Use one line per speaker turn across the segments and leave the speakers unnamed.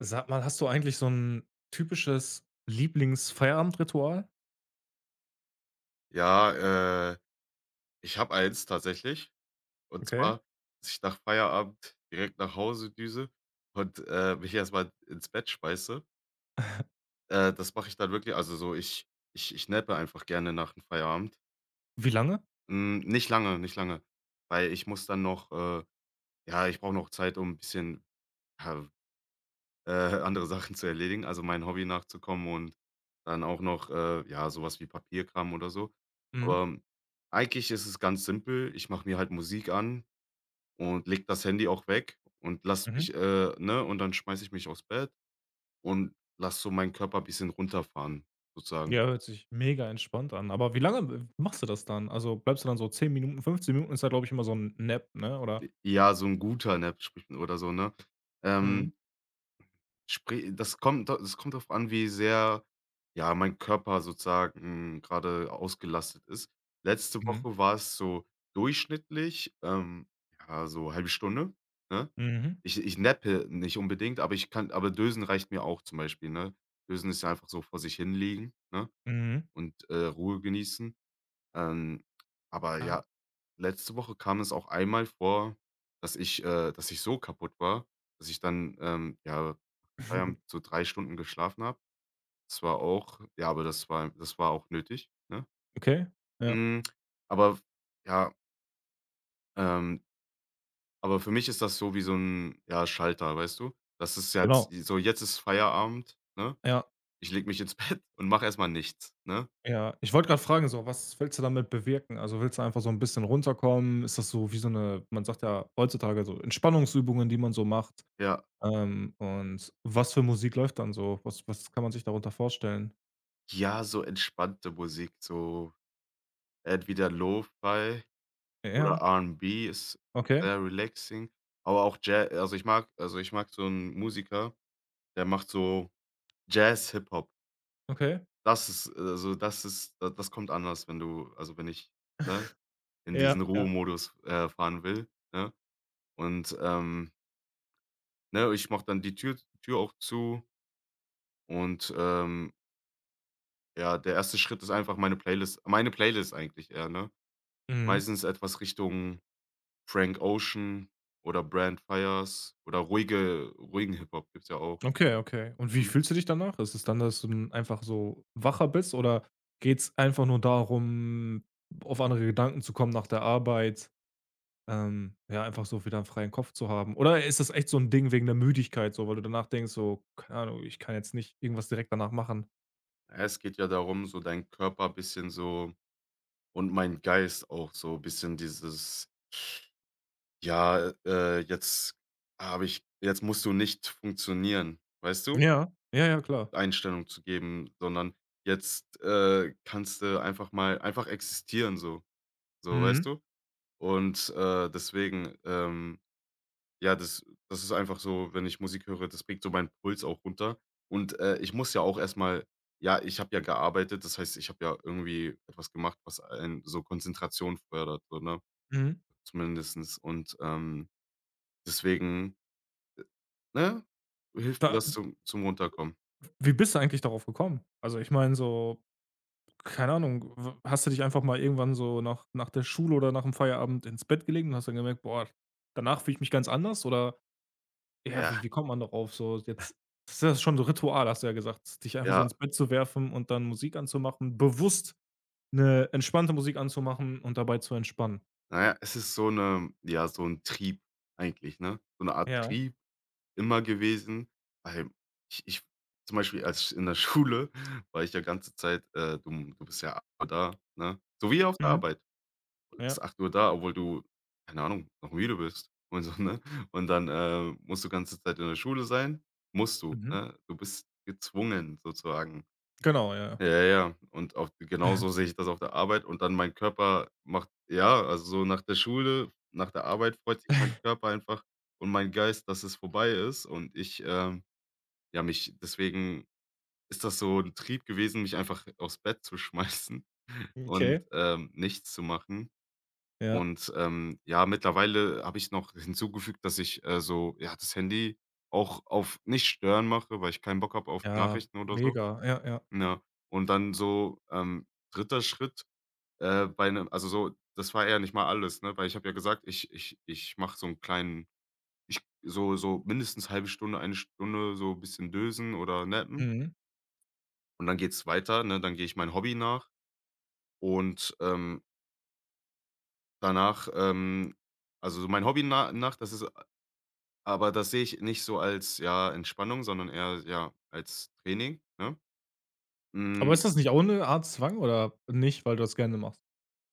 Sag mal, hast du eigentlich so ein typisches Lieblingsfeierabendritual?
Ja, ich habe eins tatsächlich. Und
Okay.
zwar, dass ich nach Feierabend direkt nach Hause düse und, mich erstmal ins Bett schmeiße. Das mache ich dann wirklich also so, ich nappe einfach gerne nach dem Feierabend.
Wie lange?
Hm, nicht lange, nicht lange, weil ich muss dann noch, ja, ich brauche noch Zeit, um 'n bisschen, ja, andere Sachen zu erledigen, also meinem Hobby nachzukommen und dann auch noch, ja, sowas wie Papierkram oder so.
Mhm.
Aber eigentlich ist es ganz simpel. Ich mache mir halt Musik an und leg das Handy auch weg und lass
Mhm.
mich, ne, und dann schmeiße ich mich aufs Bett und lass so meinen Körper bisschen runterfahren sozusagen.
Ja, hört sich mega entspannt an. Aber wie lange machst du das dann? Also, bleibst du dann so 10 Minuten, 15 Minuten ist ja, glaube ich, immer so ein Nap, ne, oder?
Ja, so ein guter Nap spricht man oder so, ne?
Mhm.
Ähm, spri das kommt da das kommt drauf an, wie sehr, ja, mein Körper sozusagen gerade ausgelastet ist. Letzte
Mhm.
Woche war es so durchschnittlich, ja, so halbe Stunde, ne?
Mhm.
Ich nappe nicht unbedingt, aber ich kann aber Dösen reicht mir auch zum Beispiel, ne? Dösen ist ja einfach so vor sich hinlegen, ne,
Mhm.
und, Ruhe genießen. Ähm, aber
Ah.
ja, letzte Woche kam es auch einmal vor, dass ich so kaputt war, dass ich dann, ja, Feierabend so 3 Stunden geschlafen habe. Das war auch ja, aber das war auch nötig, ne?
Okay. Ja,
Hm, aber ja, ähm aber für mich ist das so wie so 'n, ja, Schalter, weißt du? Das ist jetzt
genau.
so: „Jetzt ist Feierabend, ne?
Ja,
Ich lege mich ins Bett und mache erst mal nichts“, ne?
ja. Ich wollte gerade fragen so, was willst du damit bewirken? Also, willst du einfach so ein bisschen runterkommen? Ist das so wie so eine, man sagt ja heutzutage so Entspannungsübungen, die man so macht?
Ja.
Und was für Musik läuft dann so? Was kann man sich darunter vorstellen?
Ja, so entspannte Musik, so entweder Lo-Fi oder
Ja,
R&B ist
okay,
sehr relaxing, aber auch. Ja also, ich mag so 'n Musiker, der macht so Jazz-Hip-Hop.
okay.
Das ist also, das ist da das kommt anders, wenn du also, wenn ich, ne, in diesen
Ja, ja.
Ruhemodus, fahren will, ne? Und, ne, ich mache dann die Tür auch zu und, ja, der erste Schritt ist einfach meine Playlist eigentlich eher, ne?
Mhm.
Meistens etwas Richtung Frank Ocean oder Brand Fires oder ruhigen Hip-Hop gibt's ja auch.
Okay, okay. Und wie
Mhm.
fühlst du dich danach? Ist es dann, dass du 'n einfach so wacher bist oder geht's einfach nur darum, auf andere Gedanken zu kommen nach der Arbeit, ja, einfach so wieder einen freien Kopf zu haben? Oder ist das echt so ein Ding wegen der Müdigkeit so, weil du danach denkst so: „Keine Ahnung, ich kann jetzt nicht irgendwas direkt danach machen?“
Es geht ja darum, so deinen Körper bisschen so und meinen Geist auch so bisschen dieses: „Ja, jetzt habe ich jetzt musst du nicht funktionieren“, weißt du?
Ja, ja, ja, klar.
Einstellung zu geben, sondern jetzt, kannst du einfach mal einfach existieren so, so, weißt
Mhm,
du? Und, deswegen, ja, das ist einfach so, wenn ich Musik höre, das bringt so meinen Puls auch runter. Und, ich muss ja auch erstmal ja, ich habe ja gearbeitet, das heißt, ich habe ja irgendwie etwas gemacht, was einen so Konzentration fördert, so, ne,
mhm.
zumindestens. Und, deswegen, ne, hilft mir
Da
das zum Runterkommen.
wie bist du eigentlich darauf gekommen? Also, ich meine so, keine Ahnung, w hast du dich einfach mal irgendwann so nach der Schule oder nach dem Feierabend ins Bett gelegt und hast dann gemerkt: „Boah, danach fühle ich mich ganz anders“? Oder ja. Ja.
Ja.
Wie kommt man darauf so jetzt das ist das schon so Ritual, hast du ja gesagt, dich einfach so
Ja.
ins Bett zu werfen und dann Musik anzumachen, bewusst eine entspannte Musik anzumachen und dabei zu entspannen.
Na ja, es ist so 'ne ja, so ein Trieb eigentlich, ne? So 'ne Art
Ja.
Trieb immer gewesen, weil ich zum Beispiel als in der Schule war ich ja ganze Zeit, du bist ja 8:00 da, ne? So wie auf der
Mhm.
Arbeit. Du
Ja.
bist 8:00 da, obwohl du, keine Ahnung, noch müde bist und so, ne? Und dann, musst du ganze Zeit in der Schule sein musst du,
Mhm.
ne? Du bist gezwungen sozusagen.
Genau, ja, ja.
Ja, ja. Und auf genauso sehe ich das auf der Arbeit und dann mein Körper macht ja, also so nach der Schule, nach der Arbeit freut sich mein Körper einfach und mein Geist, dass es vorbei ist und ich, ja, mich deswegen ist das so ein Trieb gewesen, mich einfach aufs Bett zu schmeißen und,
Okay.
nichts zu machen.
Ja.
Und, ja, mittlerweile habe ich noch hinzugefügt, dass ich, so, ja, das Handy auch auf nicht stören mache, weil ich keinen Bock habe auf
Ja,
Nachrichten oder so.
mega. Ja, ja.
Ja, und dann so, 3. Schritt, bei einem also so, das war ja nicht mal alles, ne? Weil ich habe ja gesagt, ich mache so einen kleinen so so mindestens halbe Stunde, eine Stunde so ein bisschen dösen oder nappen
Mhm.
und dann geht's weiter, ne? Dann gehe ich mein Hobby nach und, danach, also so mein Hobby nach, das ist aber das sehe ich nicht so als, ja, Entspannung, sondern eher, ja, als Training, ne?
Aber
Hm,
ist das nicht auch 'ne Art Zwang oder nicht, weil du das gerne machst?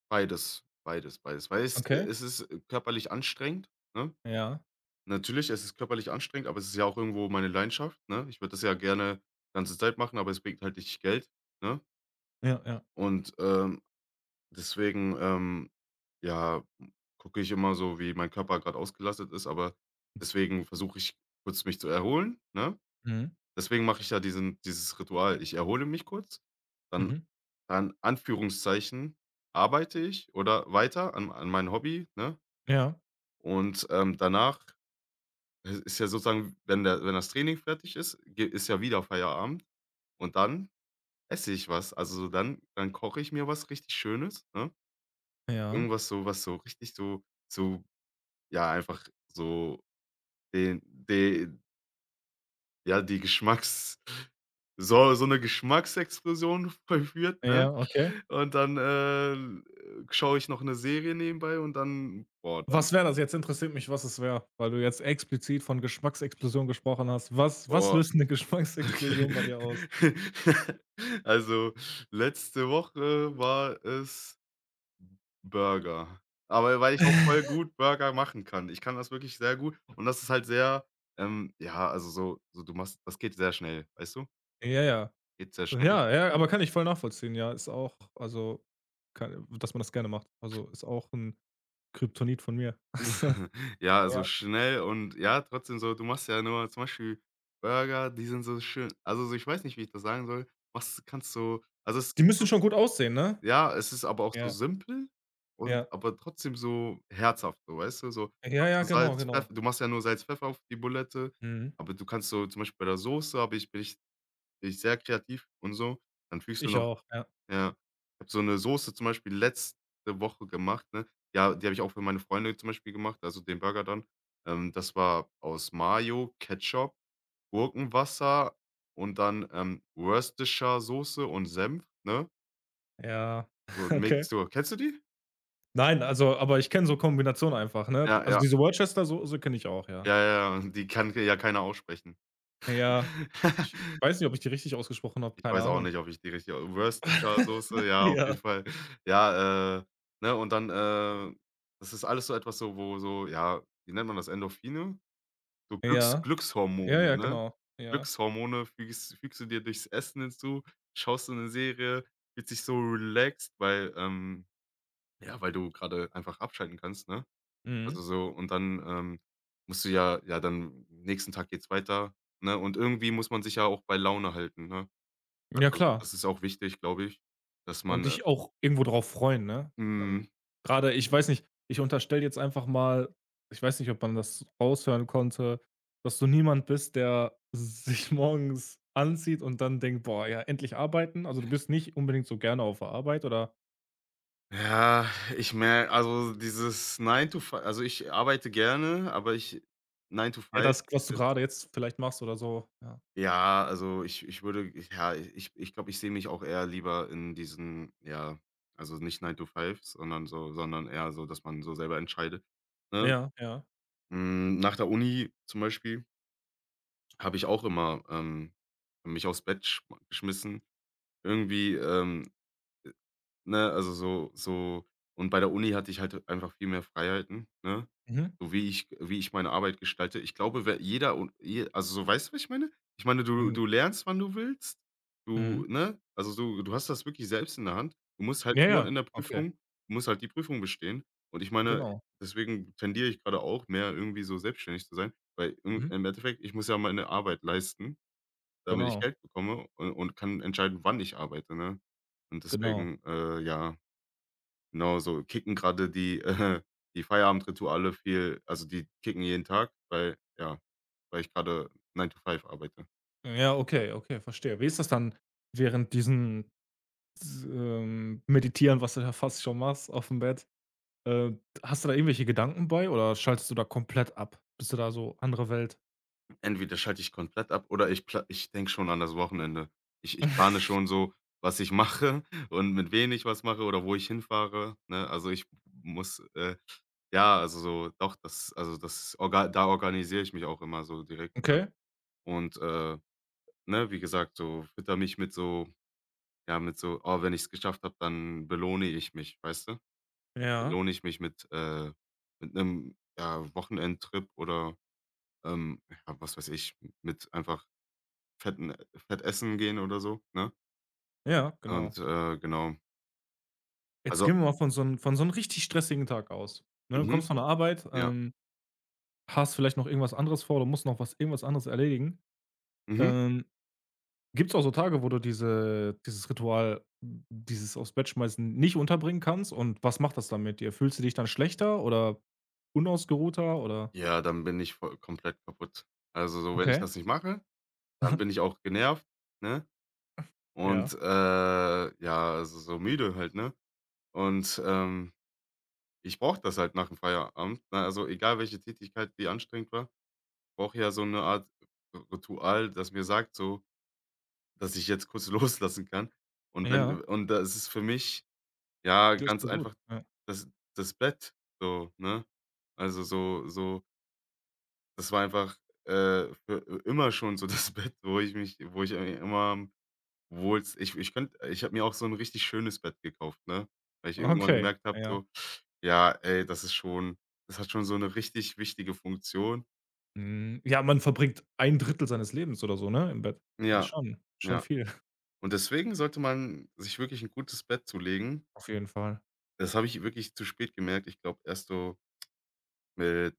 beides, beides, beides, weil es,
Okay.
es ist körperlich anstrengend, ne?
Ja,
Natürlich, es ist körperlich anstrengend, aber es ist ja auch irgendwo meine Leidenschaft, ne? Ich würde das ja gerne ganze Zeit machen, aber es bringt halt nicht Geld, ne?
ja, ja.
Und, deswegen, ja, hm, gucke ich immer so, wie mein Körper gerade ausgelastet ist, aber deswegen versuche ich kurz mich zu erholen, ne?
Mhm,
Deswegen mache ich ja diesen dieses Ritual. Ich erhole mich kurz, dann
mhm.
an Anführungszeichen arbeite ich oder weiter an meinem Hobby, ne?
Ja,
Und, danach es ist ja sozusagen, wenn der wenn das Training fertig ist, ge ist ja wieder Feierabend und dann esse ich was. Also, so dann koche ich mir was richtig Schönes, ne?
ja,
Irgendwas so was so richtig so so ja, einfach so den de ja, die Geschmacks so so eine Geschmacksexplosion vollführt, ne?
ja, okay.
Und dann, schaue ich noch eine Serie nebenbei und dann boah, dann
Was wäre das? Jetzt interessiert mich, was es wäre, weil du jetzt explizit von Geschmacksexplosion gesprochen hast. Was
boah.
löst 'ne
Okay.
Geschmacksexplosion bei dir aus?
Also, letzte Woche war es Burger. Aber weil ich auch voll gut Burger machen kann. Ich kann das wirklich sehr gut und das ist halt sehr, ja, also so so du machst das geht sehr schnell, weißt du?
Ja, ja.
Geht sehr schnell.
Ja, ja, aber kann ich voll nachvollziehen. Ja, ist auch also, kann dass man das gerne macht. Also, ist auch 'n Kryptonit von mir.
Ja, also
Ja.
schnell und ja, trotzdem so, du machst ja nur zum Beispiel Burger, die sind so schön also so, ich weiß nicht, wie ich das sagen soll. Machst kannst so also es
Die
ist
müssen
so.
schon gut aussehen, ne?
Ja, es ist aber auch so
Ja,
simpel und
ja.
aber trotzdem so herzhaft, so, weißt du? So,
Ja,
machst
ja,
du
genau,
Salz,
genau.
Pfeffer du machst ja nur Salz, Pfeffer auf die Bulette,
Mhm.
aber du kannst so zum Beispiel bei der Soße habe ich bin ich sehr kreativ und so. Dann fügst du
Ich
noch
auch, ja.
ja, ich habe so eine Soße zum Beispiel letzte Woche gemacht, ne? Ja, die habe ich auch für meine Freunde zum Beispiel gemacht, also den Burger dann. Das war aus Mayo, Ketchup, Gurkenwasser und dann, Worcestershire-Soße und Senf, ne?
Ja,
So ein
okay.
Mixtur, kennst du die?
Nein, also aber ich kenne so Kombinationen einfach, ne?
Ja,
Also
ja.
diese Worcester, Worcestersoße kenne ich auch, ja.
Ja, ja, ja. Die kann ja keiner aussprechen.
Ja. Ich weiß nicht, ob ich die richtig ausgesprochen habe,
Ich
keine
weiß auch
Ahnung.
nicht, ob ich die richtig au Worcestershire-Soße, ja, auf
Ja.
jeden Fall. Ja, ne, und dann, das ist alles so etwas so, wo so, ja, wie nennt man das, Endorphine? So Glücks
Ja. Ja, ja,
Glückshormone, ne?
genau. Ja.
Glückshormone fügst du dir durchs Essen hinzu, schaust du eine Serie, fühlst dich so relaxed, weil, ja, weil du gerade einfach abschalten kannst, ne? Also
Mhm.
so und dann, musst du ja ja, dann nächsten Tag geht's weiter, ne? Und irgendwie muss man sich ja auch bei Laune halten, ne?
Ja,
Also,
klar.
das ist auch wichtig, glaube ich, dass
Und
man,
dich auch irgendwo drauf freuen, ne? Dann
mhm.
grade ich weiß nicht, ich unterstelle jetzt einfach mal, ich weiß nicht, ob man das raushören konnte, dass du niemand bist, der sich morgens anzieht und dann denkt: „Boah, ja, endlich arbeiten.“ Also, du bist nicht unbedingt so gerne auf der Arbeit oder
Ja, ich mer also dieses 9 to 5 also ich arbeite gerne, aber ich 9 to
eher
five
das, was
ist
du
jetzt
grade jetzt vielleicht machst oder so, ja.
ja, also ich würde ich- ja, ich glaube, ich sehe mich auch eher lieber in diesen ja, also nicht 9 to 5, sondern so sondern eher so, dass man so selber entscheidet, ne?
Ja, ja.
Hm, nach der Uni zum Beispiel habe ich auch immer, mich aufs Bett schma geschmissen. Irgendwie, ne, also so so und bei der Uni hatte ich halt einfach viel mehr Freiheiten, ne?
Mhm.
So wie ich meine Arbeit gestalte. Ich glaube, wer jeder und je also so weißt du, was ich meine? Ich meine, du
Mhm.
du lernst, wann du willst.
Mhm.
Du ne? Also du hast das wirklich selbst in der Hand. Du musst halt
Ja,
nur
ja.
in der
Okay,
Prüfung du musst halt die Prüfung bestehen. Und ich meine,
genau.
deswegen tendiere ich gerade auch mehr irgendwie so selbstständig zu sein, weil
Mhm.
im Endeffekt, ich muss ja meine Arbeit leisten, damit ich
Genau,
Geld bekomme und kann entscheiden, wann ich arbeite, ne? Und
genau.
deswegen, ja. Genau so. Kicken gerade die, die Feierabendrituale viel also, die kicken jeden Tag, weil ja, weil ich gerade nine to five arbeite.
Ja, okay, okay, verstehe. Wie ist das dann während diesen S meditieren, was du ja fast schon machst auf dem Bett. Äh, hast du da irgendwelche Gedanken bei oder schaltest du da komplett ab? Bist du da so andere Welt?
Entweder schalte ich komplett ab oder ich denke schon an das Wochenende. Ich plane schon so, was ich mache und mit wem ich was mache oder wo ich hinfahre, ne? Also, ich muss, ja, also so doch, das also, das orga da organisiere ich mich auch immer so direkt, ne?
Okay.
Und, ne, wie gesagt, so fütter mich mit so ja, mit so: „Oh, wenn ich's geschafft habe, dann belohne ich mich“, weißt du?
Ja,
Belohne ich mich mit 'nem, ja, Wochenendtrip oder, ja, was weiß ich, mit einfach fett essen gehen oder so, ne?
ja, genau.
Und, genau.
Jetzt
Also
gehen wir mal von so einem richtig stressigen Tag aus. Ne, du kommst
mhm,
von der Arbeit,
ja.
hast vielleicht noch irgendwas anderes vor, du musst noch was irgendwas anderes erledigen.
Mhm.
Ähm, Gibt es auch so Tage, wo du dieses Ritual, dieses aufs Bett schmeißen, nicht unterbringen kannst, und was macht das dann mit dir? Fühlst du dich dann schlechter oder unausgeruhter oder?
Ja, dann bin ich voll komplett kaputt. Also, so, wenn ich
Okay.
das nicht mache, dann bin ich auch genervt, ne? Und,
Ja,
ja, also, so müde halt, ne? Und, ich brauche das halt nach dem Feierabend, ne? Also, egal welche Tätigkeit, die anstrengend war, brauche ja so eine Art Ritual, das mir sagt so, dass ich jetzt kurz loslassen kann. Und wenn
ja,
und das ist für mich, ja,
das ist
ganz
ja gut.
einfach
Ja,
das das Bett so, ne? Also, so so das war einfach, für immer schon so das Bett, wo ich mich wo ich, immer obwohl's ich ich könnte ich habe mir auch so 'n richtig schönes Bett gekauft, ne? Weil ich irgendwann
okay,
gemerkt habe
ja.
so, ja, ey, das ist schon das hat schon so 'ne richtig wichtige Funktion.
Hm, ja, man verbringt ein Drittel seines Lebens oder so, ne, im Bett. Das ist
Ja,
schon
ja.
viel,
Und deswegen sollte man sich wirklich 'n gutes Bett zulegen.
auf jeden Fall.
Das habe ich wirklich zu spät gemerkt. Ich glaube, erst so mit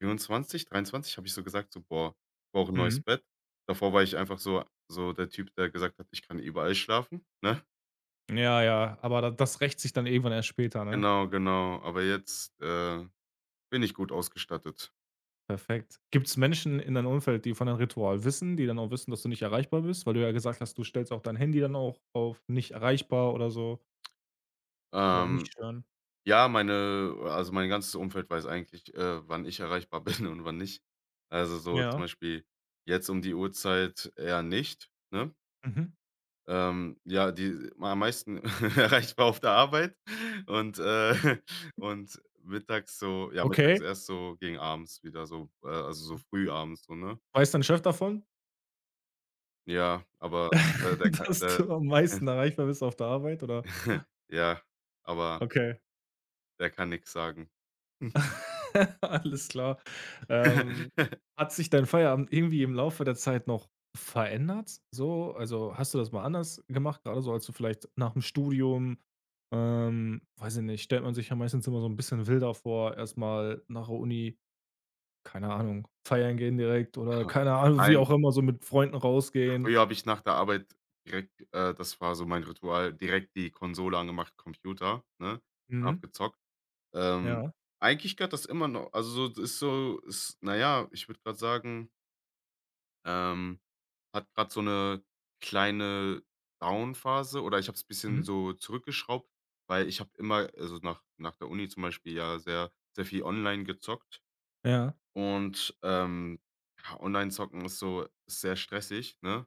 24, 23 habe ich so gesagt, so: „Boah, ich brauche 'n neues
Mhm.
Bett.“ Davor war ich einfach so so der Typ, der gesagt hat: „Ich kann überall schlafen“, ne?
Ja, ja, aber da das rächt sich dann irgendwann erst später, ne?
Genau, genau. Aber jetzt, bin ich gut ausgestattet.
Perfekt. Gibt's Menschen in deinem Umfeld, die von deinem Ritual wissen, die dann auch wissen, dass du nicht erreichbar bist? Weil du ja gesagt hast, du stellst auch dein Handy dann auch auf nicht erreichbar oder so oder nicht
Ähm
stören.
Ja, meine also, mein ganzes Umfeld weiß eigentlich, wann ich erreichbar bin und wann nicht. Also, so zum
Ja,
Beispiel jetzt um die Uhrzeit eher nicht, ne?
mhm.
Ja, die am meisten erreichbar auf der Arbeit und, und mittags so ja, mittags
Okay.
erst so gegen abends wieder so, also, so früh abends so, ne?
Weiß dein Chef davon,
Ja, aber,
dass
der
du am meisten erreichbar bist auf der Arbeit, oder?
ja, aber
Okay.
der kann nix sagen.
Alles klar. Ähm, hat sich dein Feierabend irgendwie im Laufe der Zeit noch verändert? So, also, hast du das mal anders gemacht, gerade so, als du vielleicht nach dem Studium weiß ich nicht, stellt man sich ja meistens immer so ein bisschen wilder vor, erstmal nach der Uni, keine Ahnung, feiern gehen direkt oder keine Ahnung, wie
Nein.
auch immer, so mit Freunden rausgehen.
Früher habe ich nach der Arbeit direkt das war so mein Ritual, direkt die Konsole angemacht, Computer, ne, habe
Mhm.
gezockt. Ähm,
Ja.
eigentlich gehört das immer noch also, so ist na ja, ich würde gerade sagen, ähm, hat gerade so eine kleine Down-Phase oder ich habe es ein bisschen
Mhm.
so zurückgeschraubt, weil ich habe immer also, nach der Uni zum Beispiel ja sehr viel online gezockt
Ja.
und, ja, Online-Zocken ist so ist sehr stressig, ne?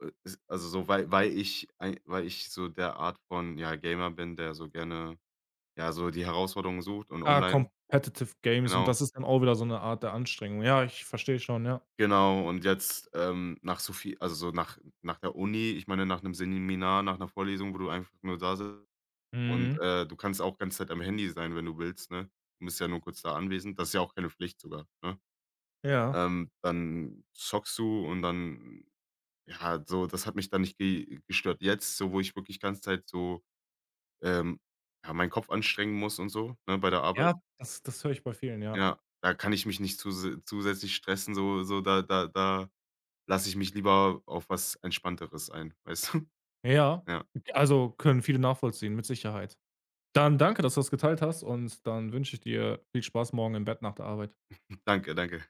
Es also so, weil ich so der Art von, ja, Gamer bin, der so gerne, ja, so die Herausforderung sucht und
Ah,
online
Competitive Games, und
genau,
das ist dann auch wieder so eine Art der Anstrengung. Ja, ich verstehe schon, ja.
genau. Und jetzt, nach so viel also so nach der Uni, ich meine, nach einem Seminar, nach einer Vorlesung, wo du einfach nur da sitzt und,
Mhm.
du kannst auch ganze Zeit am Handy sein, wenn du willst, ne? Du bist ja nur kurz da anwesend. Das ist ja auch keine Pflicht sogar, ne?
Ja.
Dann zockst du und dann ja, so das hat mich dann nicht ge gestört. Jetzt, so wo ich wirklich ganze Zeit so ähm, ja, meinen Kopf anstrengen muss und so, ne, bei der Arbeit.
Ja, das das höre ich bei vielen, ja.
Ja, da kann ich mich nicht zusätzlich stressen, so so da lasse ich mich lieber auf was Entspannteres ein, weißt du?
Ja,
Ja,
also, können viele nachvollziehen, mit Sicherheit. Dann danke, dass du das geteilt hast, und dann wünsche ich dir viel Spaß morgen im Bett nach der Arbeit.
danke, danke.